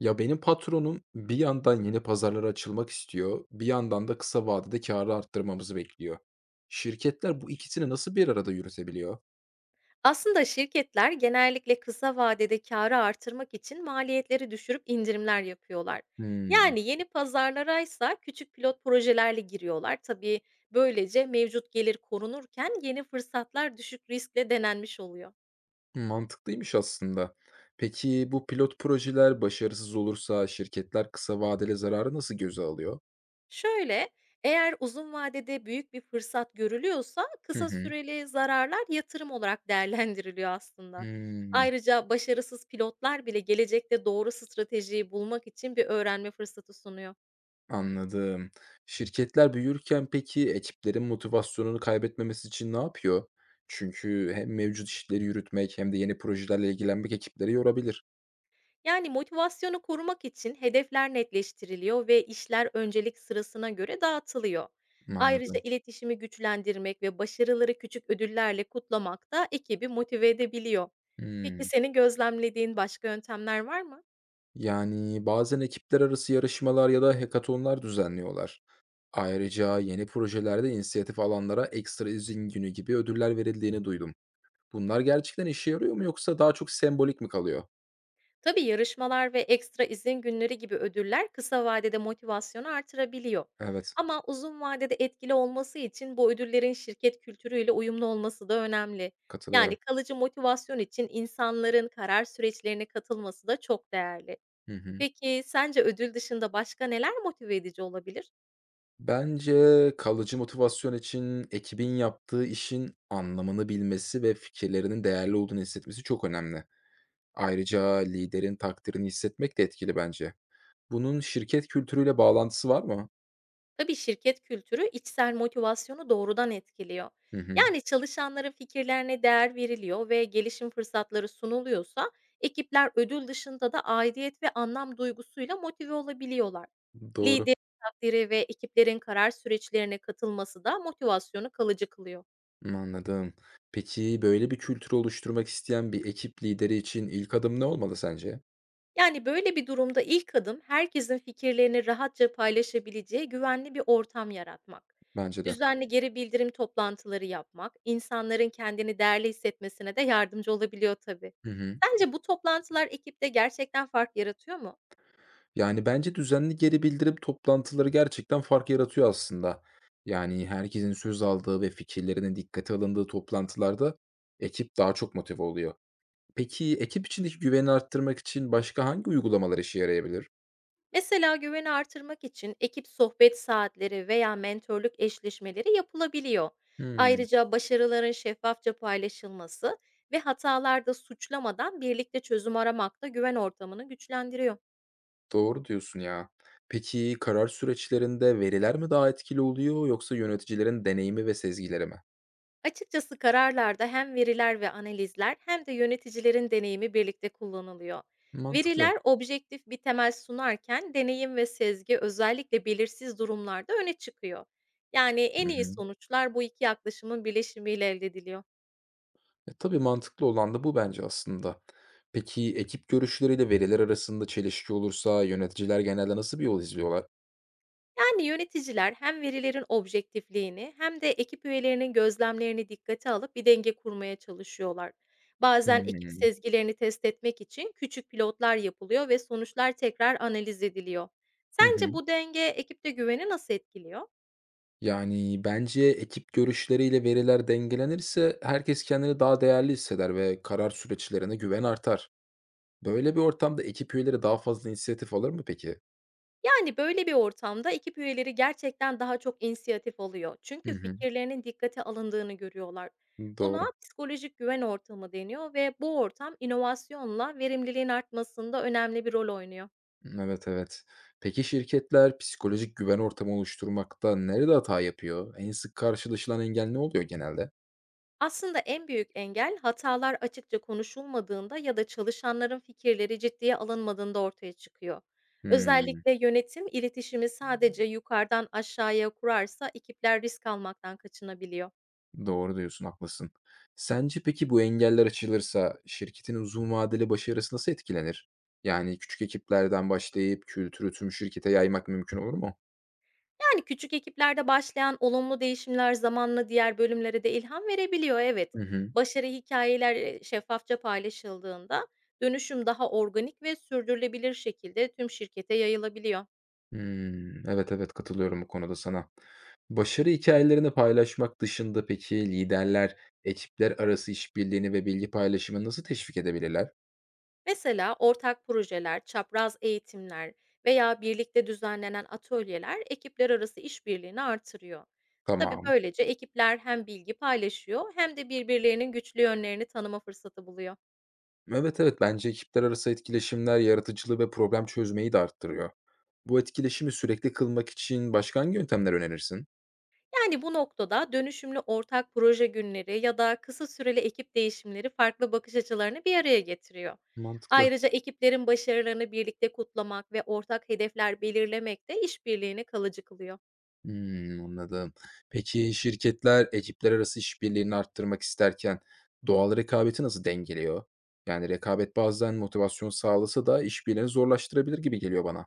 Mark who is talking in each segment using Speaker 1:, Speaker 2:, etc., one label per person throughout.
Speaker 1: Ya, benim patronum bir yandan yeni pazarlara açılmak istiyor, bir yandan da kısa vadede kârı arttırmamızı bekliyor. Şirketler bu ikisini nasıl bir arada yürütebiliyor?
Speaker 2: Aslında şirketler genellikle kısa vadede kârı artırmak için maliyetleri düşürüp indirimler yapıyorlar.
Speaker 1: Hımm,
Speaker 2: Yani yeni pazarlara ise küçük pilot projelerle giriyorlar. Tabii böylece mevcut gelir korunurken yeni fırsatlar düşük riskle denenmiş oluyor.
Speaker 1: mantıklıymış aslında. Peki bu pilot projeler başarısız olursa şirketler kısa vadeli zararı nasıl göze alıyor?
Speaker 2: Şöyle, eğer uzun vadede büyük bir fırsat görülüyorsa
Speaker 1: Hı
Speaker 2: kısa
Speaker 1: hı.
Speaker 2: süreli zararlar yatırım olarak değerlendiriliyor aslında.
Speaker 1: Hımm,
Speaker 2: Ayrıca başarısız pilotlar bile gelecekte doğru stratejiyi bulmak için bir öğrenme fırsatı sunuyor.
Speaker 1: anladım. Şirketler büyürken peki ekiplerin motivasyonunu kaybetmemesi için ne yapıyor? Çünkü hem mevcut işleri yürütmek hem de yeni projelerle ilgilenmek ekipleri yorabilir.
Speaker 2: Yani motivasyonu korumak için hedefler netleştiriliyor ve işler öncelik sırasına göre dağıtılıyor. Ayrıca
Speaker 1: Anladım.
Speaker 2: iletişimi güçlendirmek ve başarıları küçük ödüllerle kutlamak da ekibi motive edebiliyor. Peki
Speaker 1: Hımm.
Speaker 2: senin gözlemlediğin başka yöntemler var mı?
Speaker 1: Yani, bazen ekipler arası yarışmalar ya da hekatonlar düzenliyorlar. Ayrıca yeni projelerde inisiyatif alanlara ekstra izin günü gibi ödüller verildiğini duydum. Bunlar gerçekten işe yarıyor mu yoksa daha çok sembolik mi kalıyor?
Speaker 2: Tabii yarışmalar ve ekstra izin günleri gibi ödüller kısa vadede motivasyonu artırabiliyor.
Speaker 1: Evet,
Speaker 2: Ama uzun vadede etkili olması için bu ödüllerin şirket kültürüyle uyumlu olması da önemli. Yani
Speaker 1: katılıyorum.
Speaker 2: kalıcı motivasyon için insanların karar süreçlerine katılması da çok değerli.
Speaker 1: Hı hı.
Speaker 2: Peki sence ödül dışında başka neler motive edici olabilir?
Speaker 1: Bence kalıcı motivasyon için ekibin yaptığı işin anlamını bilmesi ve fikirlerinin değerli olduğunu hissetmesi çok önemli. Ayrıca liderin takdirini hissetmek de etkili bence. Bunun şirket kültürüyle bağlantısı var mı?
Speaker 2: Tabii şirket kültürü içsel motivasyonu doğrudan etkiliyor.
Speaker 1: Hı hı.
Speaker 2: Yani çalışanların fikirlerine değer veriliyor ve gelişim fırsatları sunuluyorsa ekipler ödül dışında da aidiyet ve anlam duygusuyla motive olabiliyorlar.
Speaker 1: Doğru.
Speaker 2: Liderin takdiri ve ekiplerin karar süreçlerine katılması da motivasyonu kalıcı kılıyor.
Speaker 1: Hı, anladım. Peki böyle bir kültürü oluşturmak isteyen bir ekip lideri için ilk adım ne olmalı sence?
Speaker 2: Yani, böyle bir durumda ilk adım herkesin fikirlerini rahatça paylaşabileceği güvenli bir ortam yaratmak.
Speaker 1: Bence de.
Speaker 2: Düzenli geri bildirim toplantıları yapmak, insanların kendini değerli hissetmesine de yardımcı olabiliyor tabii.
Speaker 1: Hı hı.
Speaker 2: Sence bu toplantılar ekipte gerçekten fark yaratıyor mu?
Speaker 1: Yani bence düzenli geri bildirim toplantıları gerçekten fark yaratıyor aslında. Yani herkesin söz aldığı ve fikirlerinin dikkate alındığı toplantılarda ekip daha çok motive oluyor. Peki ekip içindeki güveni arttırmak için başka hangi uygulamalar işe yarayabilir?
Speaker 2: Mesela güveni artırmak için ekip sohbet saatleri veya mentorluk eşleşmeleri yapılabiliyor.
Speaker 1: Hmm.
Speaker 2: Ayrıca başarıların şeffafça paylaşılması ve hatalarda suçlamadan birlikte çözüm aramak da güven ortamını güçlendiriyor.
Speaker 1: Doğru diyorsun ya. Peki karar süreçlerinde veriler mi daha etkili oluyor yoksa yöneticilerin deneyimi ve sezgileri mi?
Speaker 2: Açıkçası kararlarda hem veriler ve analizler hem de yöneticilerin deneyimi birlikte kullanılıyor.
Speaker 1: Mantıklı.
Speaker 2: Veriler objektif bir temel sunarken deneyim ve sezgi özellikle belirsiz durumlarda öne çıkıyor. Yani en
Speaker 1: Hı
Speaker 2: iyi
Speaker 1: hı.
Speaker 2: sonuçlar bu iki yaklaşımın birleşimiyle elde ediliyor.
Speaker 1: Tabii mantıklı olan da bu bence aslında. Peki ekip görüşleriyle veriler arasında çelişki olursa yöneticiler genelde nasıl bir yol izliyorlar?
Speaker 2: Yani, yöneticiler hem verilerin objektifliğini hem de ekip üyelerinin gözlemlerini dikkate alıp bir denge kurmaya çalışıyorlar. Bazen ekip
Speaker 1: Hmm.
Speaker 2: sezgilerini test etmek için küçük pilotlar yapılıyor ve sonuçlar tekrar analiz ediliyor.
Speaker 1: Hı hı.
Speaker 2: Sence bu denge ekipte güveni nasıl etkiliyor?
Speaker 1: Yani bence ekip görüşleriyle veriler dengelenirse herkes kendini daha değerli hisseder ve karar süreçlerine güven artar. Böyle bir ortamda ekip üyeleri daha fazla inisiyatif alır mı peki?
Speaker 2: Yani, böyle bir ortamda ekip üyeleri gerçekten daha çok inisiyatif alıyor.
Speaker 1: Hı
Speaker 2: Çünkü
Speaker 1: hı.
Speaker 2: fikirlerinin dikkate alındığını görüyorlar. Buna
Speaker 1: Doğru.
Speaker 2: psikolojik güven ortamı deniyor ve bu ortam inovasyonla verimliliğin artmasında önemli bir rol oynuyor.
Speaker 1: Evet, evet. Peki şirketler psikolojik güven ortamı oluşturmakta nerede hata yapıyor? En sık karşılaşılan engel ne oluyor genelde?
Speaker 2: Aslında en büyük engel hatalar açıkça konuşulmadığında ya da çalışanların fikirleri ciddiye alınmadığında ortaya çıkıyor.
Speaker 1: Hmm,
Speaker 2: Özellikle yönetim iletişimi sadece yukarıdan aşağıya kurarsa ekipler risk almaktan kaçınabiliyor.
Speaker 1: doğru diyorsun, haklısın. Sence peki bu engeller aşılırsa şirketin uzun vadeli başarısı nasıl etkilenir? Yani küçük ekiplerden başlayıp kültürü tüm şirkete yaymak mümkün olur mu?
Speaker 2: Yani küçük ekiplerde başlayan olumlu değişimler zamanla diğer bölümlere de ilham verebiliyor, evet.
Speaker 1: Hı hı.
Speaker 2: Başarı hikayeler şeffafça paylaşıldığında dönüşüm daha organik ve sürdürülebilir şekilde tüm şirkete yayılabiliyor.
Speaker 1: Hmm, evet, evet, katılıyorum bu konuda sana. Başarı hikayelerini paylaşmak dışında peki liderler ekipler arası işbirliğini ve bilgi paylaşımını nasıl teşvik edebilirler?
Speaker 2: Mesela ortak projeler, çapraz eğitimler veya birlikte düzenlenen atölyeler ekipler arası işbirliğini artırıyor. Tabii
Speaker 1: Tamam.
Speaker 2: böylece ekipler hem bilgi paylaşıyor hem de birbirlerinin güçlü yönlerini tanıma fırsatı buluyor.
Speaker 1: Evet, evet, bence ekipler arası etkileşimler yaratıcılığı ve problem çözmeyi de arttırıyor. Bu etkileşimi sürekli kılmak için başka hangi yöntemler önerirsin?
Speaker 2: Yani bu noktada dönüşümlü ortak proje günleri ya da kısa süreli ekip değişimleri farklı bakış açılarını bir araya getiriyor.
Speaker 1: Mantıklı.
Speaker 2: Ayrıca ekiplerin başarılarını birlikte kutlamak ve ortak hedefler belirlemek de işbirliğini kalıcı kılıyor.
Speaker 1: Hımm, anladım. Peki şirketler ekipler arası işbirliğini arttırmak isterken doğal rekabeti nasıl dengeliyor? Yani rekabet bazen motivasyon sağlasa da işbirliğini zorlaştırabilir gibi geliyor bana.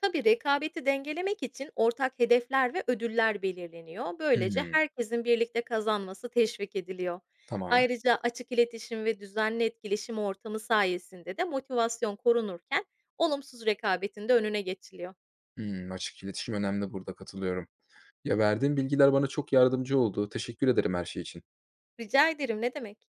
Speaker 2: Tabii rekabeti dengelemek için ortak hedefler ve ödüller belirleniyor. Böylece
Speaker 1: Hımm,
Speaker 2: herkesin birlikte kazanması teşvik ediliyor.
Speaker 1: tamam.
Speaker 2: Ayrıca açık iletişim ve düzenli etkileşim ortamı sayesinde de motivasyon korunurken olumsuz rekabetin de önüne geçiliyor.
Speaker 1: Hımm, açık iletişim önemli burada, katılıyorum. Ya, verdiğin bilgiler bana çok yardımcı oldu. Teşekkür ederim her şey için.
Speaker 2: Rica ederim, ne demek?